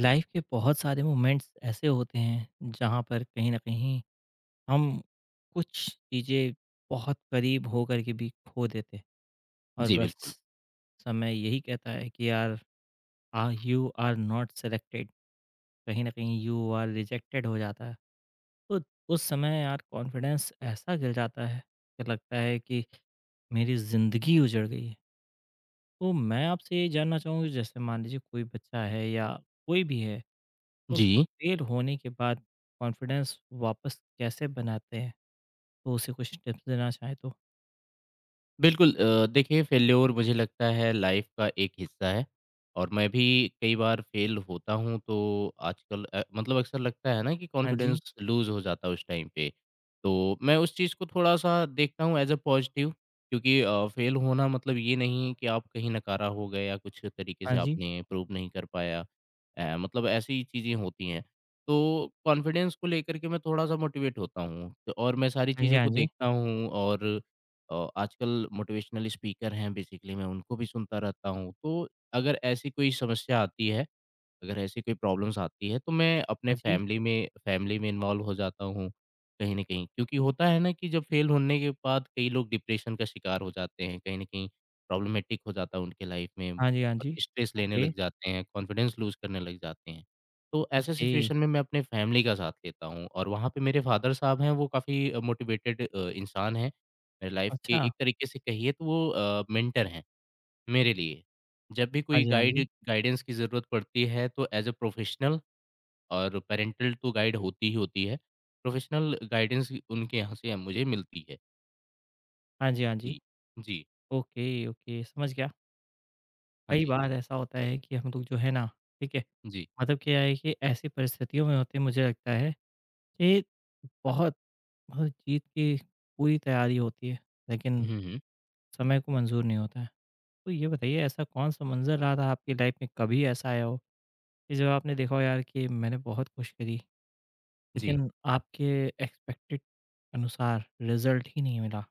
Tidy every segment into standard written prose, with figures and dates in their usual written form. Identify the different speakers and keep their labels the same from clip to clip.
Speaker 1: Life के बहुत सारे मोमेंट्स ऐसे होते हैं जहाँ पर कहीं ना कहीं हम कुछ चीज़ें बहुत करीब होकर के भी खो देते हैं। और
Speaker 2: जी,
Speaker 1: बस
Speaker 2: बिल्कुल।
Speaker 1: समय यही कहता है कि यार, uh you are not selected, कहीं ना कहीं यू आर रिजेक्टेड हो जाता है। तो उस समय यार कॉन्फिडेंस ऐसा गिर जाता है कि लगता है कि मेरी ज़िंदगी उजड़ गई है। तो मैं आपसे ये जानना चाहूँगी, जैसे मान लीजिए कोई बच्चा है या कोई भी है, तो
Speaker 2: जी।
Speaker 1: फेल होने के बाद कॉन्फिडेंस वापस कैसे बनाते हैं? तो उसे कुछ टिप्स देना चाहें तो?
Speaker 2: बिल्कुल देखिए फेल्योर मुझे लगता है लाइफ का एक हिस्सा है और मैं भी कई बार फेल होता हूँ तो आजकल मतलब अक्सर लगता है ना कि
Speaker 1: हाँ जी,
Speaker 2: कॉन्फिडेंस लूज हो जाता है उस टाइम पे तो मैं उस चीज़ को थोड़ा सा देखता हूँ एज अ पॉजिटिव क्योंकि फेल होना मतलब ये नहीं कि आप कहीं नकारा हो गए या कुछ तरीके
Speaker 1: हाँ
Speaker 2: से
Speaker 1: जी,
Speaker 2: आपने प्रूव नहीं कर पाया। मतलब ऐसी चीज़ें होती हैं तो कॉन्फिडेंस को लेकर के मैं थोड़ा सा मोटिवेट होता हूँ तो और मैं सारी
Speaker 1: हाँ जी,
Speaker 2: चीज़ों
Speaker 1: हाँ
Speaker 2: को
Speaker 1: जी,
Speaker 2: देखता हूँ और आजकल मोटिवेशनल स्पीकर हैं बेसिकली मैं उनको भी सुनता रहता हूँ। तो अगर ऐसी कोई समस्या आती है, अगर ऐसी कोई प्रॉब्लम्स आती है तो मैं अपने
Speaker 1: हाँ जी,
Speaker 2: फैमिली में इन्वॉल्व हो जाता हूँ, कहीं न कहीं। क्योंकि होता है ना कि जब फेल होने के बाद कई लोग डिप्रेशन का शिकार हो जाते हैं, कहीं न कहीं प्रॉब्लमैटिक हो जाता है उनके लाइफ में
Speaker 1: हाँ जी, हाँ
Speaker 2: और
Speaker 1: जी।
Speaker 2: स्ट्रेस लेने
Speaker 1: ओके,
Speaker 2: लग जाते हैं, कॉन्फिडेंस लूज़ करने लग जाते हैं। तो ऐसे
Speaker 1: ओके।
Speaker 2: सिचुएशन में मैं अपने फैमिली का साथ लेता हूँ और वहाँ पे मेरे फादर साहब हैं, वो काफ़ी मोटिवेटेड इंसान हैं। मेरे लाइफ के
Speaker 1: अच्छा,
Speaker 2: एक तरीके से कहिए तो वो मेंटर हैं। मेरे लिए, जब भी
Speaker 1: हाँ
Speaker 2: कोई
Speaker 1: जी, हाँ जी,
Speaker 2: गाइडेंस की ज़रूरत पड़ती है तो एज़ अ प्रोफेशनल और पैरेंटल तो गाइड होती ही होती है। प्रोफेशनल गाइडेंस उनके यहाँ से मुझे मिलती है।
Speaker 1: हाँ जी, हाँ
Speaker 2: जी,
Speaker 1: जी।
Speaker 2: जी,
Speaker 1: ओके, ओके, समझ गया।
Speaker 2: हाँ
Speaker 1: कई
Speaker 2: जी,
Speaker 1: बार ऐसा होता है कि हम लोग जो है ना, ठीक है,
Speaker 2: जी।
Speaker 1: मतलब क्या है कि ऐसी परिस्थितियों में होते हैं। मुझे लगता है कि बहुत बहुत जीत की पूरी तैयारी होती है, लेकिन
Speaker 2: हुँ, हुँ।
Speaker 1: समय को मंज़ूर नहीं होता है। तो ये बताइए ऐसा कौन सा मंज़र रहा था आपकी लाइफ में, कभी ऐसा आया हो कि जब आपने देखा हो यार कि मैंने बहुत कोशिश करी
Speaker 2: जी।
Speaker 1: लेकिन आपके एक्सपेक्टेड अनुसार रिजल्ट ही नहीं मिला?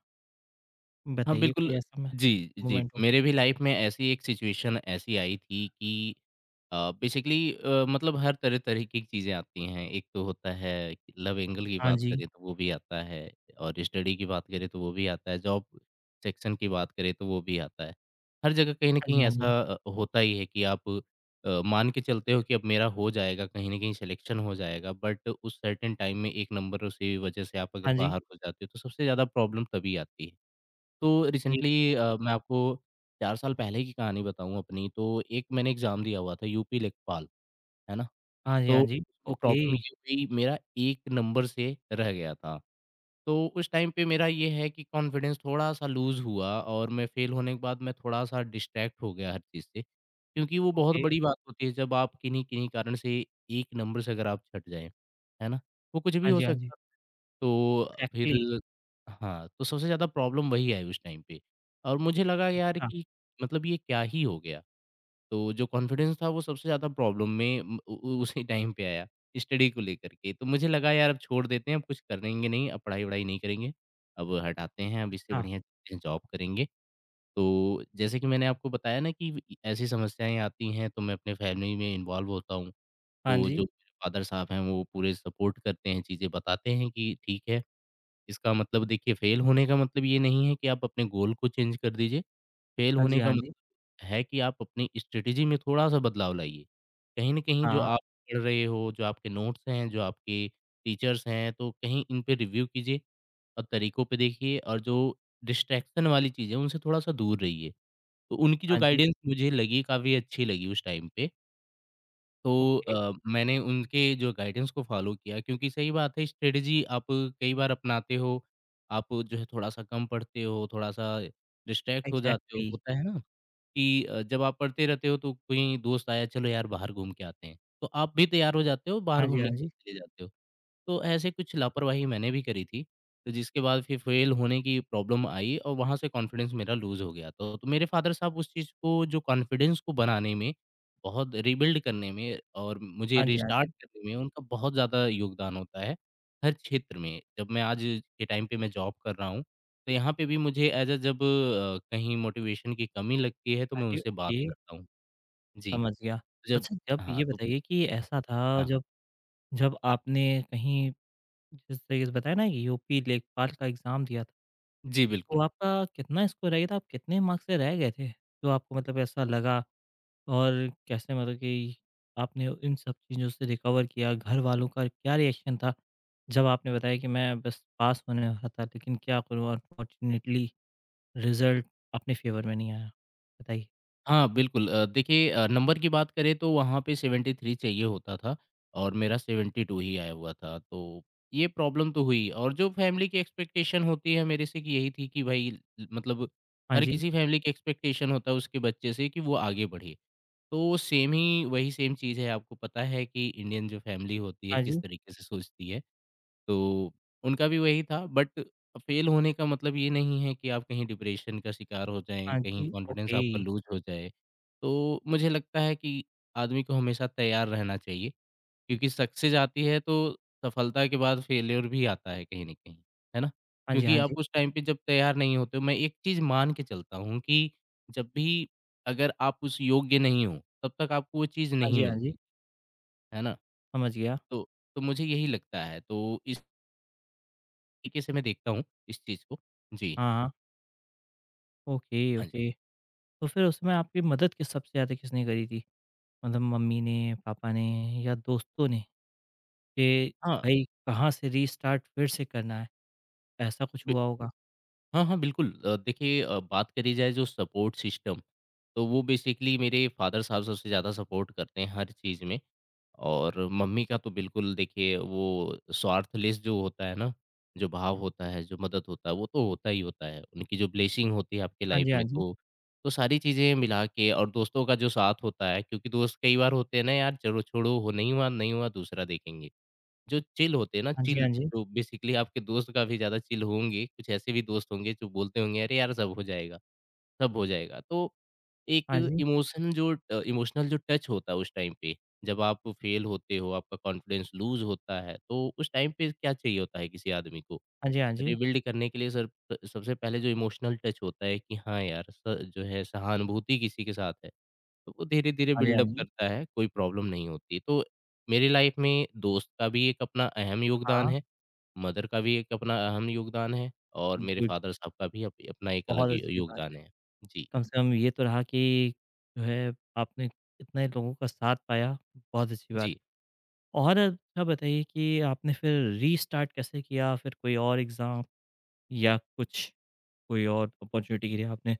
Speaker 2: हाँ,
Speaker 1: बताइए कोई
Speaker 2: बिल्कुल।
Speaker 1: ऐसा म
Speaker 2: जी, जी।
Speaker 1: मोमेंट हो?
Speaker 2: मेरे भी लाइफ़ में ऐसी एक सिचुएशन ऐसी आई थी कि अ, बेसिकली मतलब हर तरह-तरह की चीज़ें आती हैं। एक तो होता है लव एंगल की
Speaker 1: हाँ
Speaker 2: बात
Speaker 1: जी।
Speaker 2: करें तो वो भी आता है और स्टडी की बात करें तो वो भी आता है, जॉब सेक्शन की बात करें तो वो भी आता है। हर जगह कहीं न
Speaker 1: हाँ जी,
Speaker 2: कहीं
Speaker 1: हाँ जी।
Speaker 2: ऐसा होता ही है कि आप मान के चलते हो कि अब मेरा हो जाएगा, कहीं न कहीं सिलेक्शन हो जाएगा, बट उस सर्टेन टाइम में 1 नंबर से वजह से आप अगर
Speaker 1: हाँ जी।
Speaker 2: बाहर हो जाते हो तो सबसे ज़्यादा प्रॉब्लम तभी आती है। तो
Speaker 1: जी।
Speaker 2: रिसेंटली मैं आपको 4 साल पहले की कहानी बताऊँ अपनी, तो एक मैंने एग्ज़ाम दिया हुआ था यूपी लेखपाल, है ना?
Speaker 1: हाँ जी,
Speaker 2: तो
Speaker 1: हाँ जी।
Speaker 2: उसमें
Speaker 1: ओके,
Speaker 2: प्रॉब्लम ये हुई मेरा 1 नंबर से रह गया था। तो उस टाइम पे मेरा ये है कि कॉन्फिडेंस थोड़ा-सा लूज़ हुआ और मैं फ़ेल होने के बाद मैं थोड़ा-सा डिस्ट्रैक्ट हो गया हर चीज़ से, क्योंकि वो बहुत
Speaker 1: ओके।
Speaker 2: बड़ी बात होती है जब आप किन्हीं-किन्हीं कारण से 1 नंबर से अगर आप छँट जाएँ, है ना? वो कुछ भी
Speaker 1: हाँ
Speaker 2: हो
Speaker 1: जी, हाँ जी।
Speaker 2: सकता तो फिर
Speaker 1: इग्ज़ैक्टली।
Speaker 2: हाँ, तो सबसे ज़्यादा प्रॉब्लम वही आई उस टाइम पे और मुझे लगा यार
Speaker 1: अच्छा,
Speaker 2: कि मतलब ये क्या ही हो गया? तो जो कॉन्फिडेंस था वो सबसे ज़्यादा प्रॉब्लम में उम, उ उ उसी टाइम पे आया, स्टडी को लेकर के। तो मुझे लगा यार अब छोड़ देते हैं, अब कुछ करेंगे नहीं, अब पढ़ाई-वढ़ाई नहीं करेंगे, अब हटाते हैं, अब इससे
Speaker 1: अच्छा।
Speaker 2: बढ़िया जॉब करेंगे। तो जैसे कि मैंने आपको बताया ना कि इ ऐसी समस्याएँ आती हैं तो मैं अपने फैमिली में इन्वॉल्व होता हूँ।
Speaker 1: हाँ
Speaker 2: तो
Speaker 1: जी।
Speaker 2: जो मेरे फादर साहब हैं वो पूरे सपोर्ट करते हैं, चीज़ें बताते हैं कि ठीक है इसका मतलब देखिए फेल होने का मतलब ये नहीं है कि आप अपने गोल को चेंज कर दीजिए, फेल
Speaker 1: हाँ जी,
Speaker 2: होने का
Speaker 1: हाँ जी।
Speaker 2: मतलब है कि आप अपनी स्ट्रैटेजी में थोड़ा-सा बदलाव लाइए। कहीं न कहीं जो
Speaker 1: हाँ,
Speaker 2: आप पढ़ रहे हो, जो आपके नोट्स हैं, जो आपके टीचर्स हैं, तो कहीं इन पे रिव्यू कीजिए और तरीकों पे देखिए और जो डिस्ट्रैक्शन वाली चीज़ें हैं, उनसे थोड़ा-सा दूर रहिए। तो उनकी
Speaker 1: हाँ
Speaker 2: जो
Speaker 1: जी।
Speaker 2: गाइडेंस मुझे लगी, काफ़ी अच्छी लगी उस टाइम पे। तो
Speaker 1: ओके।
Speaker 2: मैंने उनके जो गाइडेंस को फॉलो किया क्योंकि सही बात है स्ट्रेटजी आप कई बार अपनाते हो, आप जो है थोड़ा-सा कम पढ़ते हो, थोड़ा-सा डिस्ट्रैक्ट हो जाते हो,
Speaker 1: इग्ज़ैक्टली।
Speaker 2: होता है ना कि जब आप पढ़ते रहते हो तो कोई दोस्त आया चलो यार बाहर घूम के आते हैं, तो आप भी तैयार हो जाते हो, बाहर
Speaker 1: हाँ जी,
Speaker 2: घूमने
Speaker 1: हाँ
Speaker 2: के
Speaker 1: जी।
Speaker 2: लिए चले जाते हो। तो ऐसे कुछ लापरवाही मैंने भी करी थी, तो जिसके बाद फिर फेल होने की प्रॉब्लम आई और वहाँ से कॉन्फिडेंस मेरा लूज़ हो गया। तो मेरे फ़ादर साहब उस चीज़ को जो कॉन्फिडेंस को बनाने में, बहुत रीबिल्ड करने में और मुझे
Speaker 1: हाँ जी, हाँ
Speaker 2: रिस्टार्ट
Speaker 1: जी।
Speaker 2: करने में उनका बहुत ज़्यादा योगदान होता है, हर क्षेत्र में। जब मैं आज के टाइम पे मैं जॉब कर रहा हूँ, तो यहाँ पे भी मुझे एज़ अ कहीं मोटिवेशन की कमी लगती है, तो
Speaker 1: हाँ
Speaker 2: मैं
Speaker 1: जी,
Speaker 2: उनसे बात
Speaker 1: ओके।
Speaker 2: करता हूँ। जी,
Speaker 1: समझ गया।
Speaker 2: जब
Speaker 1: अच्छा जब
Speaker 2: हाँ,
Speaker 1: ये
Speaker 2: तो
Speaker 1: बताइए कि
Speaker 2: हाँ,
Speaker 1: ऐसा था
Speaker 2: हाँ। हाँ।
Speaker 1: जब जब आपने कहीं जैसे बताया ना, यूपी लेखपाल का एग्ज़ाम दिया था,
Speaker 2: जी,
Speaker 1: तो
Speaker 2: बिल्कुल।
Speaker 1: आपका कितना स्कोर रह गया था? आप कितने मार्क्स से रह गए थे? तो आपको मतलब ऐसा लगा, और कैसे मतलब कि आपने इन सब चीज़ों से रिकवर किया? घर वालों का क्या रिएक्शन था जब आपने बताया कि मैं बस पास होने वाला था, लेकिन क्या करूँ, अनफॉर्च्युनेटली रिज़ल्ट अपने फ़ेवर में नहीं आया? बताइए।
Speaker 2: हाँ, बिल्कुल देखिए नंबर की बात करें तो वहाँ पे 73 चाहिए होता था और मेरा 72 ही आया हुआ था, तो ये प्रॉब्लम तो हुई और जो फ़ैमिली की एक्सपेक्टेशन होती है मेरे से कि यही थी कि भाई ल मतलब
Speaker 1: हाँ
Speaker 2: हर
Speaker 1: जी,
Speaker 2: किसी फ़ैमिली की एक्सपेक्टेशन होता है उसके बच्चे से कि वो आगे बढ़े। तो सेम ही वही सेम चीज़ है, आपको पता है कि इंडियन जो फ़ैमिली होती है
Speaker 1: हाँ
Speaker 2: किस
Speaker 1: जी,
Speaker 2: तरीके से सोचती है। तो उनका भी वही था बट फेल होने का मतलब ये नहीं है कि आप कहीं डिप्रेशन का शिकार हो जाएँ,
Speaker 1: हाँ
Speaker 2: कहीं
Speaker 1: जी,
Speaker 2: कॉन्फिडेंस
Speaker 1: ओके।
Speaker 2: आपका लूज़ हो जाए। तो मुझे लगता है कि आदमी को हमेशा तैयार रहना चाहिए क्योंकि सक्सेस आती है तो सफलता के बाद फेल्योर भी आता है कहीं न कहीं, है ना?
Speaker 1: हाँ जी,
Speaker 2: क्योंकि
Speaker 1: हाँ जी।
Speaker 2: आप उस टाइम पे जब तैयार नहीं होते हो मैं एक चीज़ मान के चलता हूँ कि जब भी अगर आप उस योग्य नहीं हो, तब तक आपको वो चीज़
Speaker 1: हाँ
Speaker 2: नहीं
Speaker 1: जी, हाँ जी।
Speaker 2: मिलती, है ना?
Speaker 1: समझ गया।
Speaker 2: तो तो मुझे यही लगता है। तो इस तरीके से मैं देखता हूँ इस चीज़ को। जी,
Speaker 1: हाँ, हाँ। ओके,
Speaker 2: हाँ जी।
Speaker 1: ओके। तो फिर उसमें आपकी मदद किस सबसे ज़्यादा किसने करी थी? मतलब मम्मी ने, पापा ने या दोस्तों ने? कि
Speaker 2: हाँ,
Speaker 1: भई कहाँ से रीस्टार्ट फिर से करना है, ऐसा कुछ
Speaker 2: बि
Speaker 1: हुआ होगा?
Speaker 2: हाँ, हाँ, बिल्कुल देखिए बात करी जाए जो सपोर्ट सिस्टम, तो वो बेसिकली मेरे फादर साहब सबसे ज़्यादा सपोर्ट करते हैं हर चीज़ में और मम्मी का तो बिल्कुल देखिए वो स्वार्थलेस जो होता है ना, जो भाव होता है, जो मदद होता है, वो तो होता ही होता है। उनकी जो ब्लेसिंग होती है आपकी
Speaker 1: हाँ
Speaker 2: लाइफ
Speaker 1: जी, हाँ
Speaker 2: में
Speaker 1: जी।
Speaker 2: तो सारी चीज़ें मिला के और दोस्तों का जो साथ होता है क्योंकि दोस्त कई बार होते हैं ना यार चलो छोड़ो हो नहीं हुआ, नहीं हुआ दूसरा देखेंगे। जो चिल होते हैं ना,
Speaker 1: हाँ जी,
Speaker 2: चिल
Speaker 1: हाँ जी।
Speaker 2: जो बेसिकली आपके दोस्त काफ़ी ज़्यादा चिल होंगे, कुछ ऐसे भी दोस्त होंगे जो बोलते होंगे, "अरे यार, सब हो जाएगा, सब हो जाएगा।" तो
Speaker 1: हाँ
Speaker 2: एक
Speaker 1: जी।
Speaker 2: इमोशन जो इमोशनल जो टच होता है उस टाइम पे, जब आप फेल होते हो, आपका कॉन्फिडेंस लूज़ होता है, तो उस टाइम पे क्या चाहिए होता है किसी आदमी को?
Speaker 1: हाँ जी, हाँ जी।
Speaker 2: रिबिल्ड करने के लिए सर सबसे पहले जो इमोशनल टच होता है कि हाँ यार, स जो है सहानुभूति किसी के साथ है। तो वो धीरे-धीरे
Speaker 1: हाँ जी, हाँ
Speaker 2: बिल्डअप
Speaker 1: जी।
Speaker 2: करता है, कोई प्रॉब्लम नहीं होती। तो मेरी लाइफ में दोस्त का भी एक अपना अहम योगदान
Speaker 1: हाँ,
Speaker 2: है, मदर का भी एक अपना अहम योगदान है और मेरे
Speaker 1: गुड।
Speaker 2: फादर साहब का भी अप अपना एक
Speaker 1: बहुत
Speaker 2: अलग य
Speaker 1: अच्छी बात
Speaker 2: योगदान
Speaker 1: है।
Speaker 2: है। जी,
Speaker 1: कम से कम ये तो रहा कि जो है आपने इतने लोगों का साथ पाया, बहुत अच्छी बात
Speaker 2: जी।
Speaker 1: है। और अच्छा बताइए कि आपने फिर रीस्टार्ट कैसे किया? फिर कोई और एग्ज़ाम या कुछ? कोई और अपॉर्च्युनिटी के लिए आपने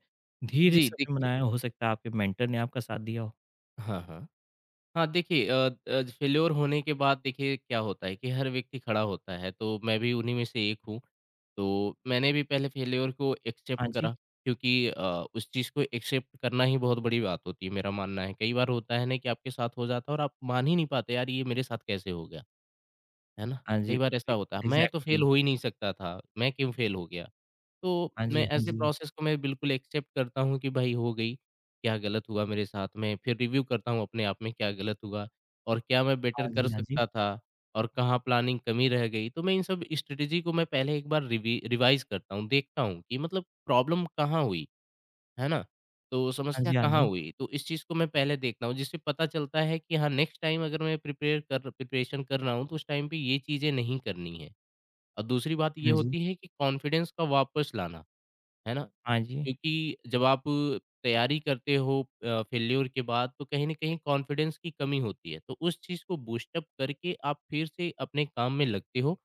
Speaker 1: धीरे
Speaker 2: जी,
Speaker 1: से अपने
Speaker 2: देखिए
Speaker 1: बनाया, हो सकता है आपके मेंटर ने आपका साथ दिया हो।
Speaker 2: हाँ, हाँ। हाँ, देखिए फेल्योर होने के बाद देखिए क्या होता है कि हर व्यक्ति खड़ा होता है, तो मैं भी उन्हीं में से एक हूँ। तो मैंने भी पहले फेल्योर को
Speaker 1: हाँ
Speaker 2: एक्सेप्ट
Speaker 1: जी,
Speaker 2: करा क्योंकि उस चीज़ को एक्सेप्ट करना ही बहुत बड़ी बात होती है, मेरा मानना है। कई बार होता है ना कि आपके साथ हो जाता है और आप मान ही नहीं पाते, यार ये मेरे साथ कैसे हो गया? है ना?
Speaker 1: हाँ जी,
Speaker 2: कई बार ऐसा होता है। मैं तो फेल
Speaker 1: एग्ज़ैक्टली।
Speaker 2: हो ही नहीं सकता था, मैं क्यों फेल हो गया? तो
Speaker 1: हाँ जी,
Speaker 2: मैं
Speaker 1: हाँ
Speaker 2: ऐसे
Speaker 1: जी,
Speaker 2: प्रोसेस को मैं बिल्कुल एक्सेप्ट करता हूँ कि भाई हो गई, क्या गलत हुआ मेरे साथ में? फिर रिव्यू करता हूँ अपने आप में क्या गलत हुआ और क्या मैं
Speaker 1: हाँ
Speaker 2: बेटर
Speaker 1: जी,
Speaker 2: कर
Speaker 1: हाँ जी,
Speaker 2: सकता था और कहाँ प्लानिंग कमी रह गई? तो मैं इन सब स्ट्रैटेजी को मैं पहले एक बार रिवी रिवाइज़ करता हूँ, देखता हूँ कि मतलब प्रॉब्लम कहाँ हुई? है ना? तो
Speaker 1: हाँ
Speaker 2: समस्या
Speaker 1: जी, हाँ
Speaker 2: कहाँ
Speaker 1: जी,
Speaker 2: हुई? तो इस चीज़ को मैं पहले देखता हूँ जिससे पता चलता है कि हाँ, नेक्स्ट टाइम अगर मैं प्रिपेयर कर प्रिपरेशन कर रहा हूँ तो उस टाइम पे ये चीज़ें नहीं करनी है। और दूसरी बात ये
Speaker 1: हाँ जी,
Speaker 2: होती है कि कॉन्फिडेंस का वापस लाना, है ना?
Speaker 1: हाँ जी,
Speaker 2: क्योंकि जब आप तैयारी करते हो फेल्योर के बाद तो कहीं न कहीं कॉन्फिडेंस की कमी होती है। तो उस चीज़ को बूस्ट अप करके आप फिर से अपने काम में लगते हो।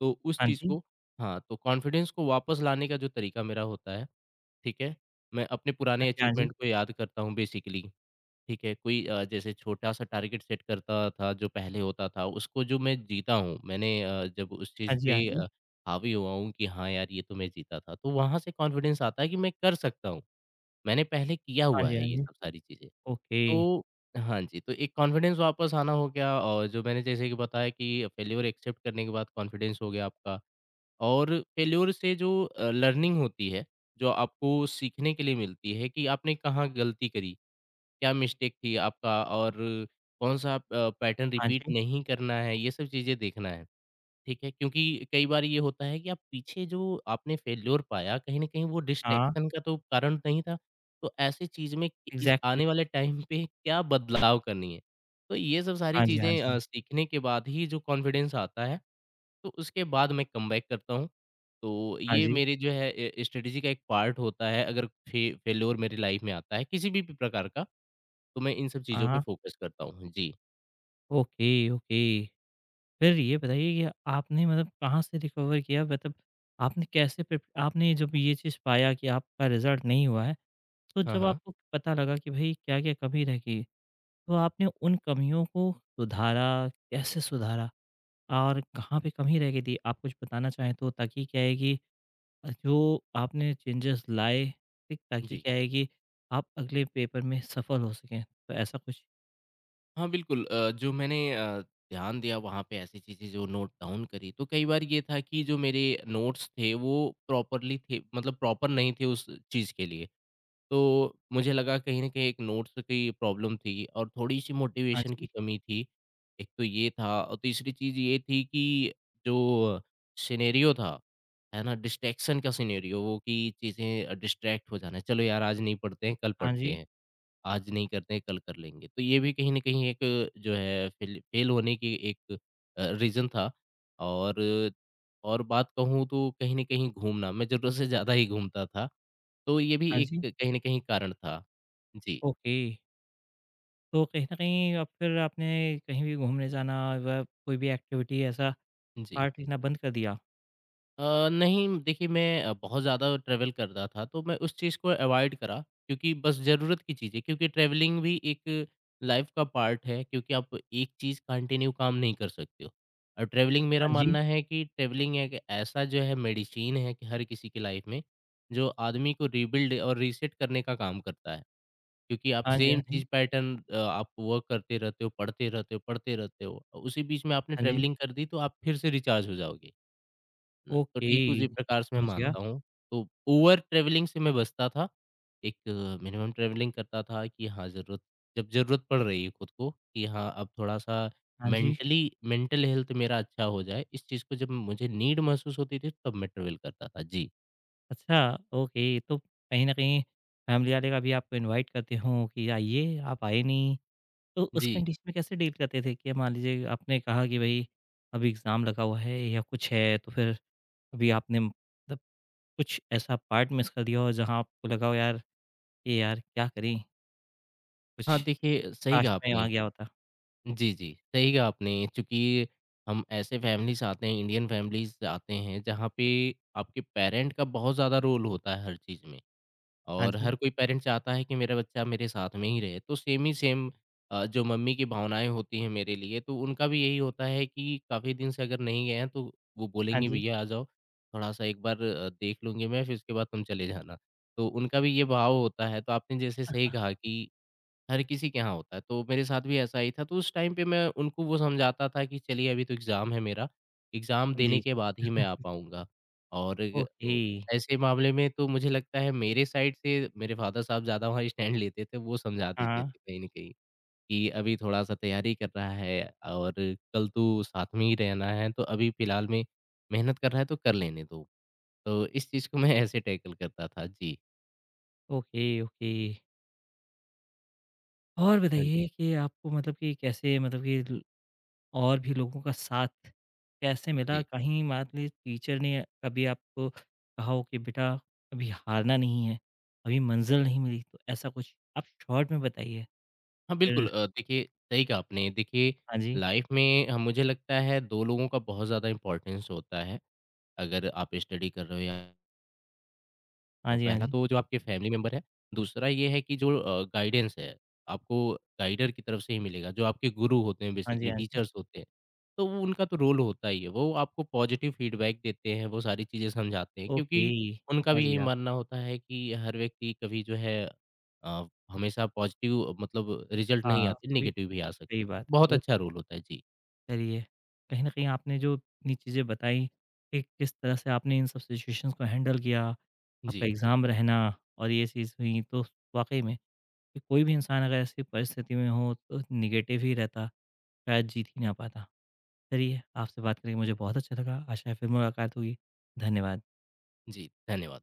Speaker 2: तो उस
Speaker 1: हाँ
Speaker 2: चीज़
Speaker 1: जी,
Speaker 2: को हाँ, तो कॉन्फिडेंस को वापस लाने का जो तरीका मेरा होता है ठीक है? मैं अपने पुराने
Speaker 1: हाँ जी,
Speaker 2: अचीवमेंट को याद करता हूँ बेसिकली, ठीक है? कोई जैसे छोटा-सा टारगेट सेट करता था जो पहले होता था, उसको जो मैं जीता हूँ, जब उस चीज़
Speaker 1: हाँ जी,
Speaker 2: पे
Speaker 1: हाँ जी, हाँ जी,
Speaker 2: हावी हुआ हूँ कि हाँ यार, ये तो मैं जीता था, तो वहाँ से कॉन्फिडेंस आता है कि मैं कर सकता हूँ। मैंने पहले किया
Speaker 1: हाँ
Speaker 2: हुआ
Speaker 1: जी,
Speaker 2: है
Speaker 1: हाँ
Speaker 2: ये
Speaker 1: जी,
Speaker 2: सब सारी चीज़ें।
Speaker 1: ओके,
Speaker 2: तो हाँ जी, तो एक कॉन्फिडेंस वापस आना हो गया और जो मैंने जैसे कि बताया कि फेल्योर एक्सेप्ट करने के बाद कॉन्फिडेंस हो गया आपका। और फेल्योर से जो लर्निंग होती है, जो आपको सीखने के लिए मिलती है कि आपने कहाँ गलती करी, क्या मिस्टेक थी आपका और कौन-सा पैटर्न
Speaker 1: हाँ
Speaker 2: रिपीट
Speaker 1: जी,
Speaker 2: नहीं करना है, ये सब चीज़ें देखना है, ठीक है? क्योंकि कई बार ये होता है कि आप पीछे जो आपने फेल्योर पाया, कहीं न कहीं वो
Speaker 1: हाँ,
Speaker 2: डिस्ट्रैक्शन का तो कारण नहीं था, तो ऐसी चीज़ में इ इस आने
Speaker 1: एग्ज़ैक्टली।
Speaker 2: वाले टाइम पे क्या बदलाव करनी है। तो ये सब सारी
Speaker 1: हाँ जी, हाँ
Speaker 2: चीज़ें
Speaker 1: जी,
Speaker 2: सीखने के बाद ही जो कॉन्फिडेंस आता है तो उसके बाद मैं कमबैक करता हूँ। तो
Speaker 1: हाँ
Speaker 2: ये
Speaker 1: जी,
Speaker 2: मेरे जो है ए स्ट्रेटेजी का एक पार्ट होता है अगर फे फेल्योर मेरी लाइफ में आता है किसी भी प्रकार का, तो मैं इन सब चीज़ों पे
Speaker 1: हाँ,
Speaker 2: फ़ोकस करता हूँ। जी।
Speaker 1: Okay, okay. फिर ये बताइए कि आपने मतलब कहाँ से रिकवर किया, मतलब आपने कैसे प्रिप आपने जब ये चीज़ पाया कि आपका रिज़ल्ट नहीं हुआ है, तो
Speaker 2: हाँ,
Speaker 1: जब
Speaker 2: हाँ।
Speaker 1: आपको पता लगा कि भई क्या-क्या कमी रह गई, तो आपने उन कमियों को सुधारा, कैसे सुधारा? और कहाँ पे कमी रह गई थी? आप कुछ बताना चाहें तो? ताकि क्या है कि जो आपने चेंजेस लाए, ठीक, ताकि
Speaker 2: जी।
Speaker 1: क्या है कि आप अगले पेपर में सफल हो सकें। तो ऐसा कुछ?
Speaker 2: हाँ, बिल्कुल जो मैंने ध्यान दिया वहाँ पे ऐसी चीज़ें जो नोट डाउन करी, तो कई बार ये था कि जो मेरे नोट्स थे वो प्रॉपरली थे मतलब प्रॉपर नहीं थे उस चीज़ के लिए। तो मुझे लगा कहीं न कहीं एक नोट्स की प्रॉब्लम थी और थोड़ी-सी
Speaker 1: हाँ
Speaker 2: मोटिवेशन की
Speaker 1: जी,
Speaker 2: कमी थी। एक तो ये था और तीसरी चीज़ ये थी कि जो सिनेरियो था, है ना? डिस्ट्रैक्शन का सिनेरियो वो कि चीज़ें डिस्ट्रैक्ट हो जाना, चलो यार आज नहीं पढ़ते हैं, कल
Speaker 1: हाँ
Speaker 2: पढ़ते
Speaker 1: जी,
Speaker 2: हैं, आज नहीं करते हैं, कल कर लेंगे। तो ये भी कहीं न कहीं एक जो है फ़ेल फ़ेल होने की एक रीज़न था और बात कहूँ तो कहीं न कहीं घूमना, मैं ज़रूरत से ज़्यादा ही घूमता था। तो ये भी
Speaker 1: हाँ
Speaker 2: एक
Speaker 1: जी।
Speaker 2: कहीं न कहीं कारण था। जी,
Speaker 1: ओके, तो कहीं न कहीं अब फिर आपने कहीं भी घूमने जाना व कोई भी एक्टिविटी ऐसा
Speaker 2: जी।
Speaker 1: पार्ट लेना बंद कर दिया?
Speaker 2: अ, नहीं देखिए मैं बहुत ज़्यादा ट्रैवल कर रहा था तो मैं उस चीज़ को अवॉइड करा क्योंकि बस ज़रूरत की चीज़ है क्योंकि ट्रैवलिंग भी एक लाइफ़ का पार्ट है क्योंकि आप एक चीज़ कंटिन्यू काम नहीं कर सकते हो। और ट्रैवलिंग मेरा
Speaker 1: हाँ जी,
Speaker 2: मानना है कि ट्रैवलिंग एक ऐसा जो है मेडिसिन है कि हर किसी की लाइफ़ में, जो आदमी को रिबिल्ड और रीसेट करने का काम करता है। क्योंकि आप
Speaker 1: हाँ जी, हाँ
Speaker 2: सेम
Speaker 1: जी,
Speaker 2: चीज़ पैटर्न आप वर्क करते रहते हो, पढ़ते रहते हो, पढ़ते रहते हो। उसी बीच में आपने
Speaker 1: हाँ जी।
Speaker 2: ट्रैवलिंग कर दी तो आप फिर से रिचार्ज हो जाओगे, है ना? तो ठीक
Speaker 1: ओके,
Speaker 2: उसी प्रकार से मैं
Speaker 1: समझ गया।
Speaker 2: मानता हूँ। तो ओवर ट्रैवलिंग से मैं बचता था। एक मिनिमम ट्रैवलिंग करता था कि हाँ, ज़रूरत जब ज़रूरत पड़ रही है खुद को कि हाँ, अब थोड़ा-सा
Speaker 1: हाँ जी,
Speaker 2: मेंटली मेंटल हेल्थ मेरा अच्छा हो जाए, इस चीज़ को जब मुझे नीड महसूस होती थी तब मैं ट्रैवल करता था। जी।
Speaker 1: अच्छा ओके, तो कहीं न कहीं फैमिली वाले का भी आपको इनवाइट करते हों कि आइए, आप आए नहीं, तो उस
Speaker 2: जी।
Speaker 1: कंडीशन में कैसे डील करते थे कि मान लीजिए आपने कहा कि भई अभी एग्ज़ाम लगा हुआ है या कुछ है, तो फिर अभी आपने मतलब कुछ ऐसा पार्ट मिस कर दिया हो जहाँ आपको लगा हो यार, ये यार क्या करें, कुछ
Speaker 2: हाँ, देखिए सही
Speaker 1: काश
Speaker 2: कहा
Speaker 1: मैं वहाँ
Speaker 2: आपने
Speaker 1: गया होता।
Speaker 2: जी, जी। सही कहा आपने चूँकि हम ऐसे फैमिलीज़ आते हैं, इंडियन फैमिलीज़ आते हैं जहाँ पे आपके पेरेंट का बहुत ज़्यादा रोल होता है हर चीज़ में
Speaker 1: हाँ
Speaker 2: और
Speaker 1: जी,
Speaker 2: हर कोई पेरेंट्स चाहता है कि मेरा बच्चा मेरे साथ में ही रहे। तो सेम ही सेम जो मम्मी की भावनाएँ होती हैं मेरे लिए तो उनका भी यही होता है कि काफ़ी दिन से अगर नहीं गए हैं तो वो
Speaker 1: हाँ
Speaker 2: बोलेंगी
Speaker 1: जी,
Speaker 2: भैया आ जाओ, थोड़ा-सा एक बार देख लूँगी मैं फिर उसके बाद तुम चले जाना। तो उनका भी ये भाव होता है। तो आपने जैसे सही कहा कि हर किसी के यहाँ होता है, तो मेरे साथ भी ऐसा ही था, तो उस टाइम पे मैं उनको वो समझाता था कि चलिए अभी तो एग्ज़ाम है मेरा, एग्ज़ाम
Speaker 1: हाँ जी,
Speaker 2: देने के बाद ही मैं आ पाऊँगा। और
Speaker 1: ओके,
Speaker 2: ओ ऐसे मामले में तो मुझे लगता है मेरे साइड से मेरे फ़ादर साहब ज़्यादा वहाँ स्टैंड लेते थे, वो समझा देते
Speaker 1: हाँ,
Speaker 2: थे कहीं न कहीं कि अभी थोड़ा-सा तैयारी कर रहा है और कल तो साथ में ही रहना है, तो अभी फ़िलहाल में मेहनत कर रहा है तो कर लेने दो। तो इस चीज़ को मैं ऐसे टैकल करता था। जी।
Speaker 1: Okay, okay. और
Speaker 2: हाँ जी।
Speaker 1: बताइए कि आपको मतलब कि कैसे मतलब कि ल और भी लोगों का साथ कैसे मिला?
Speaker 2: जी।
Speaker 1: कहीं मान लीजिए टीचर ने कभी आपको कहा हो कि बेटा अभी हारना नहीं है, अभी मंज़िल नहीं मिली, तो ऐसा कुछ? आप शॉर्ट में बताइए।
Speaker 2: हाँ, बिल्कुल
Speaker 1: फिर
Speaker 2: देखिए सही कहा आपने देखिए
Speaker 1: हाँ जी,
Speaker 2: लाइफ में मुझे लगता है 2 लोगों का बहुत ज़्यादा इम्पोर्टेंस होता है। अगर आप स्टडी कर रहे हो या
Speaker 1: हाँ
Speaker 2: तो
Speaker 1: जी, हाँ
Speaker 2: पहला
Speaker 1: जी।
Speaker 2: तो जो आपके फैमिली मेंबर है, दूसरा ये है कि जो गाइडेंस है, आपको गाइडर की तरफ से ही मिलेगा, जो आपके गुरु होते हैं
Speaker 1: हाँ जी,
Speaker 2: बेसिकली
Speaker 1: हाँ जी।
Speaker 2: टीचर्स होते हैं, तो वो उनका तो रोल होता ही है, वो आपको पॉजिटिव फीडबैक देते हैं, वो सारी चीज़ें समझाते हैं
Speaker 1: ओके,
Speaker 2: क्योंकि उनका
Speaker 1: समझ
Speaker 2: भी यही
Speaker 1: गया।
Speaker 2: मानना होता है कि हर व्यक्ति कभी जो है हमेशा पॉजिटिव मतलब रिजल्ट नहीं
Speaker 1: हाँ,
Speaker 2: आते,
Speaker 1: कभी
Speaker 2: नेगेटिव भी आ
Speaker 1: सही
Speaker 2: सकते हैं।
Speaker 1: बात।
Speaker 2: बहुत अच्छा
Speaker 1: ओके।
Speaker 2: रोल होता है। जी,
Speaker 1: चलिए, कहीं न कहीं आपने जो इतनी चीज़ें बताई कि किस तरह से आपने इन सब सिचुएशंस को हैंडल किया, आपका
Speaker 2: जी,
Speaker 1: एग्ज़ाम रहना और ये चीज़ हुई, तो वाक़ई में कि कोई भी इंसान अगर ऐसी परिस्थिति में हो तो नेगेटिव ही रहता, शायद जीत ही ना पाता। चलिए, आपसे बात करके मुझे बहुत अच्छा लगा, आशा है फिर मुलाकात होगी। धन्यवाद।
Speaker 2: जी, धन्यवाद।